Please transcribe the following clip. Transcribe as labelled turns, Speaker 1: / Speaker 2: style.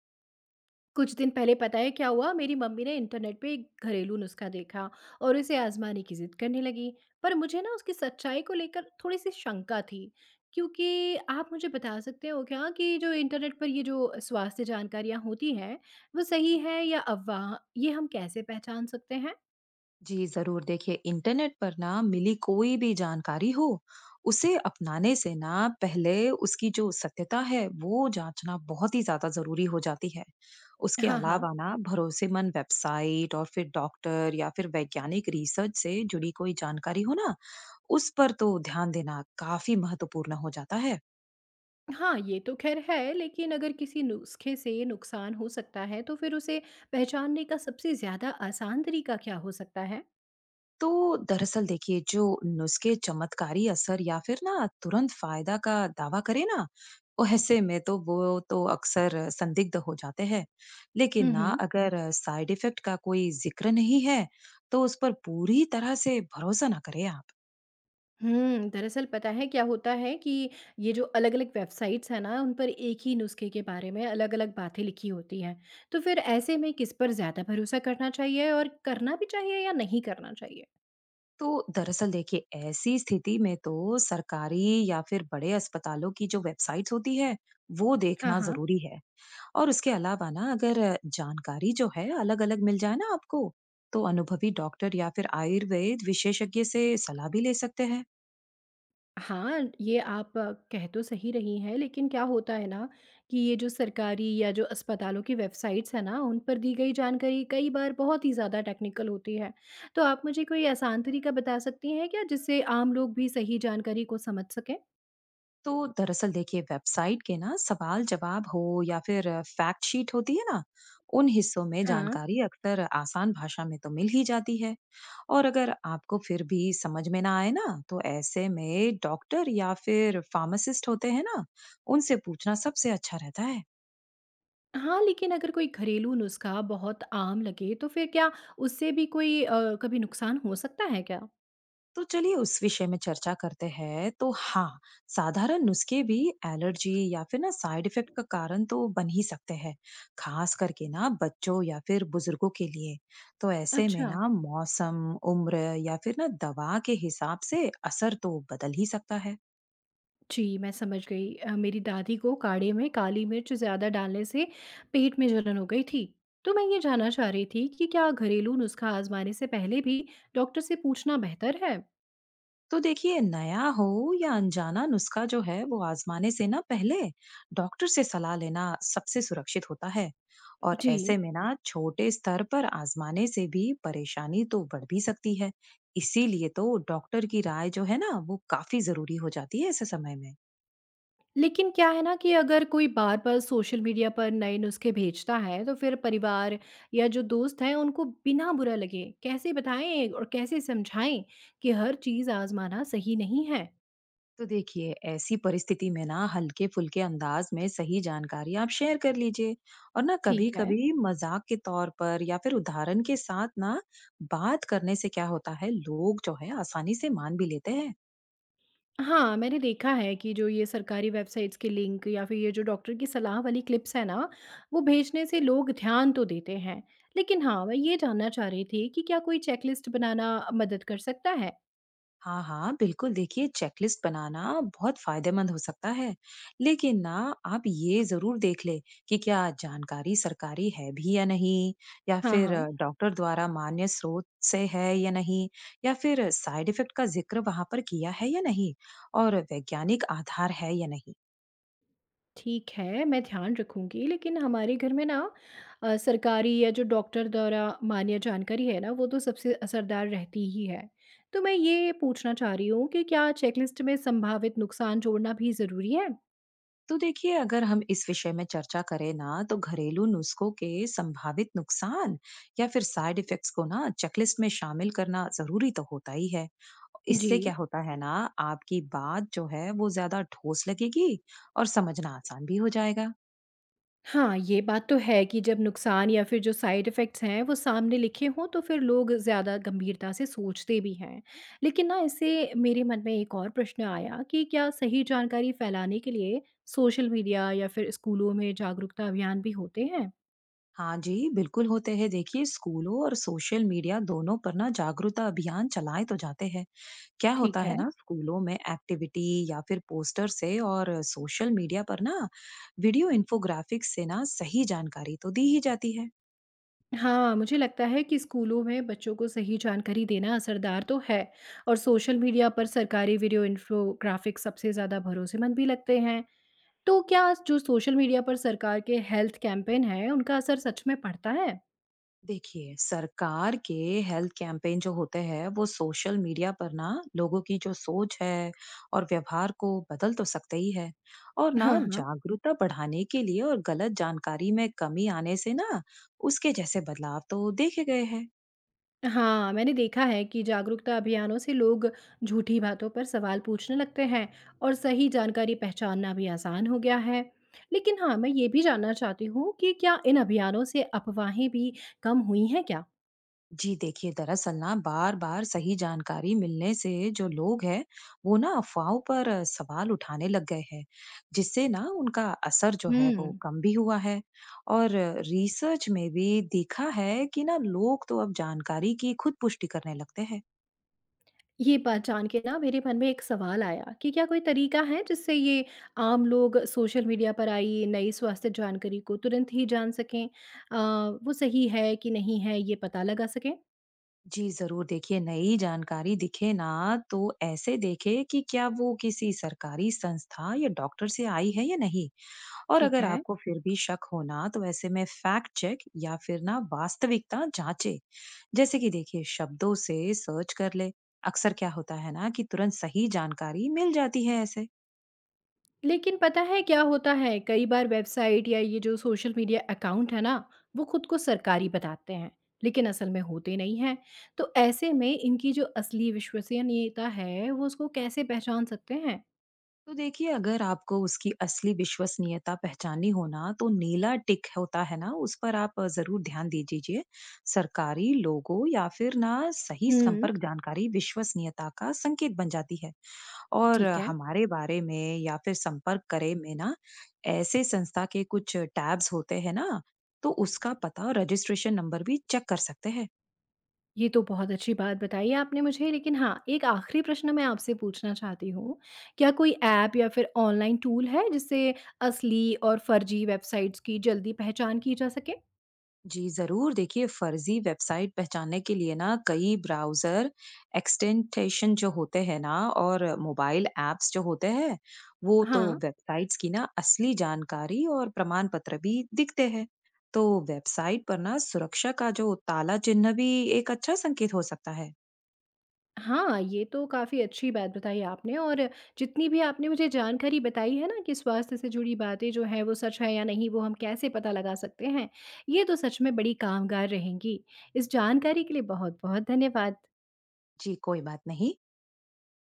Speaker 1: कुछ दिन पहले पता है क्या हुआ। मेरी मम्मी ने इंटरनेट पे एक घरेलू नुस्खा देखा और उसे आजमाने की जिद करने लगी। पर मुझे ना उसकी सच्चाई को लेकर थोड़ी सी शंका थी। क्योंकि आप मुझे बता सकते हो क्या कि जो इंटरनेट पर ये जो स्वास्थ्य जानकारियाँ होती हैं, वो सही है या अफवाह, ये हम कैसे पहचान सकते हैं।
Speaker 2: जी जरूर। देखिए इंटरनेट पर ना मिली कोई भी जानकारी हो, उसे अपनाने से ना पहले उसकी जो सत्यता है वो जांचना बहुत ही ज्यादा जरूरी हो जाती है। उसके
Speaker 1: हाँ हाँ।
Speaker 2: अलावा ना भरोसेमंद वेबसाइट और फिर डॉक्टर या फिर वैज्ञानिक रिसर्च से जुड़ी कोई जानकारी हो ना, उस पर तो ध्यान देना काफी महत्वपूर्ण हो जाता है।
Speaker 1: हाँ, ये तो खैर है, लेकिन अगर किसी नुस्खे से नुकसान हो सकता है तो फिर उसे पहचानने का सबसे ज्यादा आसान तरीका क्या हो सकता है।
Speaker 2: तो दरअसल देखिए, जो नुस्खे चमत्कारी असर या फिर ना तुरंत फायदा का दावा करे ना, वो ऐसे में तो वो तो अक्सर संदिग्ध हो जाते हैं। लेकिन ना,
Speaker 1: हम्म।
Speaker 2: अगर साइड इफेक्ट का कोई जिक्र नहीं है, तो उस पर पूरी तरह से भरोसा ना करें आप।
Speaker 1: दरअसल पता है क्या होता है कि ये जो अलग-अलग वेबसाइट्स हैं ना, उन पर एक ही नुस्खे के बारे में अलग-अलग बातें लिखी होती हैं। तो फिर ऐसे में किस पर ज़्यादा भरोसा करना चाहिए, और करना भी चाहिए या नहीं करना चाहिए?
Speaker 2: तो दरअसल देखिए, ऐसी स्थिति में तो सरकारी या फिर बड़े अस्पतालों की जो वेबसाइट्स होती है, वो
Speaker 1: हाँ,
Speaker 2: देखना
Speaker 1: हाँ।
Speaker 2: जरूरी है। और उसके अलावा ना, अगर जानकारी जो है अलग-अलग मिल जाए ना आपको, तो अनुभवी डॉक्टर या फिर आयुर्वेद विशेषज्ञ से सलाह भी ले सकते हैं।
Speaker 1: हाँ, ये आप कह तो सही रही हैं, लेकिन क्या होता है ना कि ये जो सरकारी या जो अस्पतालों की वेबसाइट्स हैं ना, उन पर दी गई जानकारी कई बार बहुत ही ज़्यादा टेक्निकल होती है। तो आप मुझे कोई आसान तरीका बता सकती हैं क्या जिससे आम लोग भी सही जानकारी को समझ सकें?
Speaker 2: तो दरअसल देखिए, वेबसाइट के ना सवाल जवाब हो या फिर फैक्ट शीट होती है ना, उन हिस्सों में
Speaker 1: हाँ।
Speaker 2: जानकारी अक्सर आसान भाषा में तो मिल ही जाती है। और अगर आपको फिर भी समझ में ना आए ना, तो ऐसे में डॉक्टर या फिर फार्मासिस्ट होते हैं ना, उनसे पूछना सबसे अच्छा रहता है।
Speaker 1: हाँ, लेकिन अगर कोई घरेलू नुस्खा बहुत आम लगे तो फिर क्या उससे भी कोई कभी नुकसान हो सकता है क्या?
Speaker 2: तो चलिए, उस विषय में चर्चा करते हैं। तो हाँ, साधारण नुस्खे भी एलर्जी या फिर ना साइड इफेक्ट का कारण तो बन ही सकते हैं, खास करके ना बच्चों या फिर बुजुर्गों के लिए। तो ऐसे में
Speaker 1: अच्छा।
Speaker 2: ना, मौसम, उम्र या फिर ना दवा के हिसाब से असर तो बदल ही सकता है।
Speaker 1: जी, मैं समझ गई। मेरी दादी को काढ़े में काली मिर्च ज़्यादा डालने से पेट में जलन हो गई थी। तो मैं ये जानना चाह रही थी कि क्या घरेलू नुस्खा आजमाने से पहले भी डॉक्टर से पूछना बेहतर है?
Speaker 2: तो देखिए, नया हो या अनजाना नुस्खा जो है वो आजमाने से ना पहले डॉक्टर से सलाह लेना सबसे सुरक्षित होता है। और
Speaker 1: जी।
Speaker 2: ऐसे में ना छोटे स्तर पर आजमाने से भी परेशानी तो बढ़ भी सकती है। इसीलिए तो डॉक्टर की राय जो है ना, वो काफी जरूरी हो जाती है ऐसे समय में।
Speaker 1: लेकिन क्या है ना कि अगर कोई बार-बार सोशल मीडिया पर नए नुस्खे भेजता है, तो फिर परिवार या जो दोस्त हैं, उनको बिना बुरा लगे कैसे बताएँ और कैसे समझाएँ कि हर चीज़ आज़माना सही नहीं है?
Speaker 2: तो देखिए, ऐसी परिस्थिति में ना हल्के फुल्के अंदाज में सही जानकारी आप शेयर कर लीजिए। और ना,
Speaker 1: ठीक
Speaker 2: कभी
Speaker 1: है।
Speaker 2: कभी मजाक के तौर पर या फिर उदाहरण के साथ ना बात करने से क्या होता है, लोग जो है आसानी से मान भी लेते हैं।
Speaker 1: हाँ, मैंने देखा है कि जो ये सरकारी वेबसाइट्स के लिंक या फिर ये जो डॉक्टर की सलाह वाली क्लिप्स हैं ना, वो भेजने से लोग ध्यान तो देते हैं। लेकिन हाँ, मैं ये जानना चाह रही थी कि क्या कोई चेकलिस्ट बनाना मदद कर सकता है?
Speaker 2: हाँ हाँ, बिल्कुल। देखिए, चेकलिस्ट बनाना बहुत फायदेमंद हो सकता है। लेकिन ना, आप ये जरूर देख ले कि क्या जानकारी सरकारी है भी या नहीं, या
Speaker 1: हाँ,
Speaker 2: फिर
Speaker 1: हाँ।
Speaker 2: डॉक्टर द्वारा मान्य स्रोत से है या नहीं, या फिर साइड इफेक्ट का जिक्र वहां पर किया है या नहीं, और वैज्ञानिक आधार है या नहीं।
Speaker 1: ठीक है, मैं ध्यान रखूँगी, लेकिन हमारे घर में ना सरकारी या जो डॉक्टर द्वारा मान्य जानकारी है ना, वो तो सबसे असरदार रहती ही है। तो मैं ये पूछना चाह रही हूँ कि क्या चेकलिस्ट में संभावित नुकसान जोड़ना भी ज़रूरी है?
Speaker 2: तो देखिए, अगर हम इस विषय में चर्चा करें ना, तो घरेलू नुस्खों के संभावित नुकसान या फिर साइड इफेक्ट्स को ना चेकलिस्ट में शामिल करना जरूरी तो होता ही है।
Speaker 1: जी।
Speaker 2: इससे क्या होता है ना, आपकी बात जो है वो ज्यादा ठोस लगेगी और समझना आसान भी हो जाएगा।
Speaker 1: हाँ, ये बात तो है कि जब नुकसान या फिर जो साइड इफ़ेक्ट्स हैं, वो सामने लिखे हों, तो फिर लोग ज़्यादा गंभीरता से सोचते भी हैं। लेकिन ना, इससे मेरे मन में एक और प्रश्न आया कि क्या सही जानकारी फैलाने के लिए सोशल मीडिया या फिर स्कूलों में जागरूकता अभियान भी होते हैं?
Speaker 2: हाँ जी, बिल्कुल होते हैं। देखिए, स्कूलों और सोशल मीडिया दोनों पर ना जागरूकता अभियान चलाए तो जाते हैं। क्या होता
Speaker 1: ठीक
Speaker 2: है
Speaker 1: है।
Speaker 2: ना, स्कूलों में एक्टिविटी या फिर पोस्टर से, और सोशल मीडिया पर ना वीडियो इन्फोग्राफिक्स से ना सही जानकारी तो दी ही जाती है।
Speaker 1: हाँ, मुझे लगता है कि स्कूलों में बच्चों को सही जानकारी देना असरदार तो है, और सोशल मीडिया पर सरकारी वीडियो इन्फोग्राफिक्स सबसे ज़्यादा भरोसेमंद भी लगते हैं। तो क्या जो सोशल मीडिया पर सरकार के हेल्थ कैंपेन हैं, उनका असर सच में पड़ता है?
Speaker 2: देखिए, सरकार के हेल्थ कैंपेन जो होते हैं वो सोशल मीडिया पर ना लोगों की जो सोच है और व्यवहार को बदल तो सकते ही है। और ना,
Speaker 1: हाँ, हाँ।
Speaker 2: जागरूकता बढ़ाने के लिए और गलत जानकारी में कमी आने से ना उसके जैसे बदलाव तो देखे गए हैं।
Speaker 1: हाँ, मैंने देखा है कि जागरूकता अभियानों से लोग झूठी बातों पर सवाल पूछने लगते हैं और सही जानकारी पहचानना भी आसान हो गया है। लेकिन हाँ, मैं ये भी जानना चाहती हूँ कि क्या इन अभियानों से अफवाहें भी कम हुई हैं क्या?
Speaker 2: जी देखिए, दरअसल ना बार बार सही जानकारी मिलने से जो लोग हैं वो ना अफवाहों पर सवाल उठाने लग गए हैं, जिससे ना उनका असर जो है वो
Speaker 1: हम्म।
Speaker 2: कम भी हुआ है। और रिसर्च में भी देखा है कि ना लोग तो अब जानकारी की खुद पुष्टि करने लगते हैं।
Speaker 1: ये बात जान के ना मेरे मन में एक सवाल आया कि क्या कोई तरीका है जिससे ये आम लोग सोशल मीडिया पर आई नई स्वास्थ्य जानकारी को तुरंत ही जान सकें, वो सही है कि नहीं है ये पता लगा सकें।
Speaker 2: जी जरूर। देखिए, नई जानकारी दिखे ना, तो ऐसे देखे कि क्या वो किसी सरकारी संस्था या डॉक्टर से आई है या नहीं। और
Speaker 1: ठीक
Speaker 2: अगर
Speaker 1: है।
Speaker 2: आपको फिर भी शक हो ना, तो ऐसे में फैक्ट चेक या फिर ना वास्तविकता जांचे। जैसे कि देखिए, शब्दों से सर्च कर ले। अक्सर क्या होता है ना कि तुरंत सही जानकारी मिल जाती है ऐसे।
Speaker 1: लेकिन पता है क्या होता है, कई बार वेबसाइट या ये जो सोशल मीडिया अकाउंट है ना, वो खुद को सरकारी बताते हैं लेकिन असल में होते नहीं हैं। तो ऐसे में इनकी जो असली विश्वसनीयता है वो उसको कैसे पहचान सकते हैं।
Speaker 2: तो देखिए, अगर आपको उसकी असली विश्वसनीयता पहचाननी हो ना, तो नीला टिक होता है ना उस पर आप जरूर ध्यान दे दीजिए। सरकारी लोगो या फिर ना सही
Speaker 1: हम्म।
Speaker 2: संपर्क जानकारी विश्वसनीयता का संकेत बन जाती है। और
Speaker 1: ठीक है।
Speaker 2: हमारे बारे में या फिर संपर्क करे में ना ऐसे संस्था के कुछ टैब्स होते हैं ना, तो उसका पता और रजिस्ट्रेशन नंबर भी चेक कर सकते हैं।
Speaker 1: ये तो बहुत अच्छी बात बताई आपने मुझे, लेकिन हाँ, एक आखिरी प्रश्न मैं आपसे पूछना चाहती हूँ। क्या कोई ऐप या फिर ऑनलाइन टूल है जिससे असली और फर्जी वेबसाइट्स की जल्दी पहचान की जा सके?
Speaker 2: जी जरूर। देखिए, फर्जी वेबसाइट पहचानने के लिए ना कई ब्राउजर एक्सटेंटेशन जो होते हैं ना और मोबाइल एप्स जो होते हैं, वो तो
Speaker 1: हाँ।
Speaker 2: वेबसाइट्स की ना असली जानकारी और प्रमाण पत्र भी दिखते हैं। तो वेबसाइट पर ना सुरक्षा का जो ताला चिन्ह भी एक अच्छा संकेत हो सकता है।
Speaker 1: हाँ, ये तो काफ़ी अच्छी बात बताई आपने। और जितनी भी आपने मुझे जानकारी बताई है ना कि स्वास्थ्य से जुड़ी बातें जो हैं वो सच है या नहीं वो हम कैसे पता लगा सकते हैं, ये तो सच में बड़ी कामगार रहेंगी। इस जानकारी के लिए बहुत-बहुत धन्यवाद।
Speaker 2: जी, कोई बात नहीं।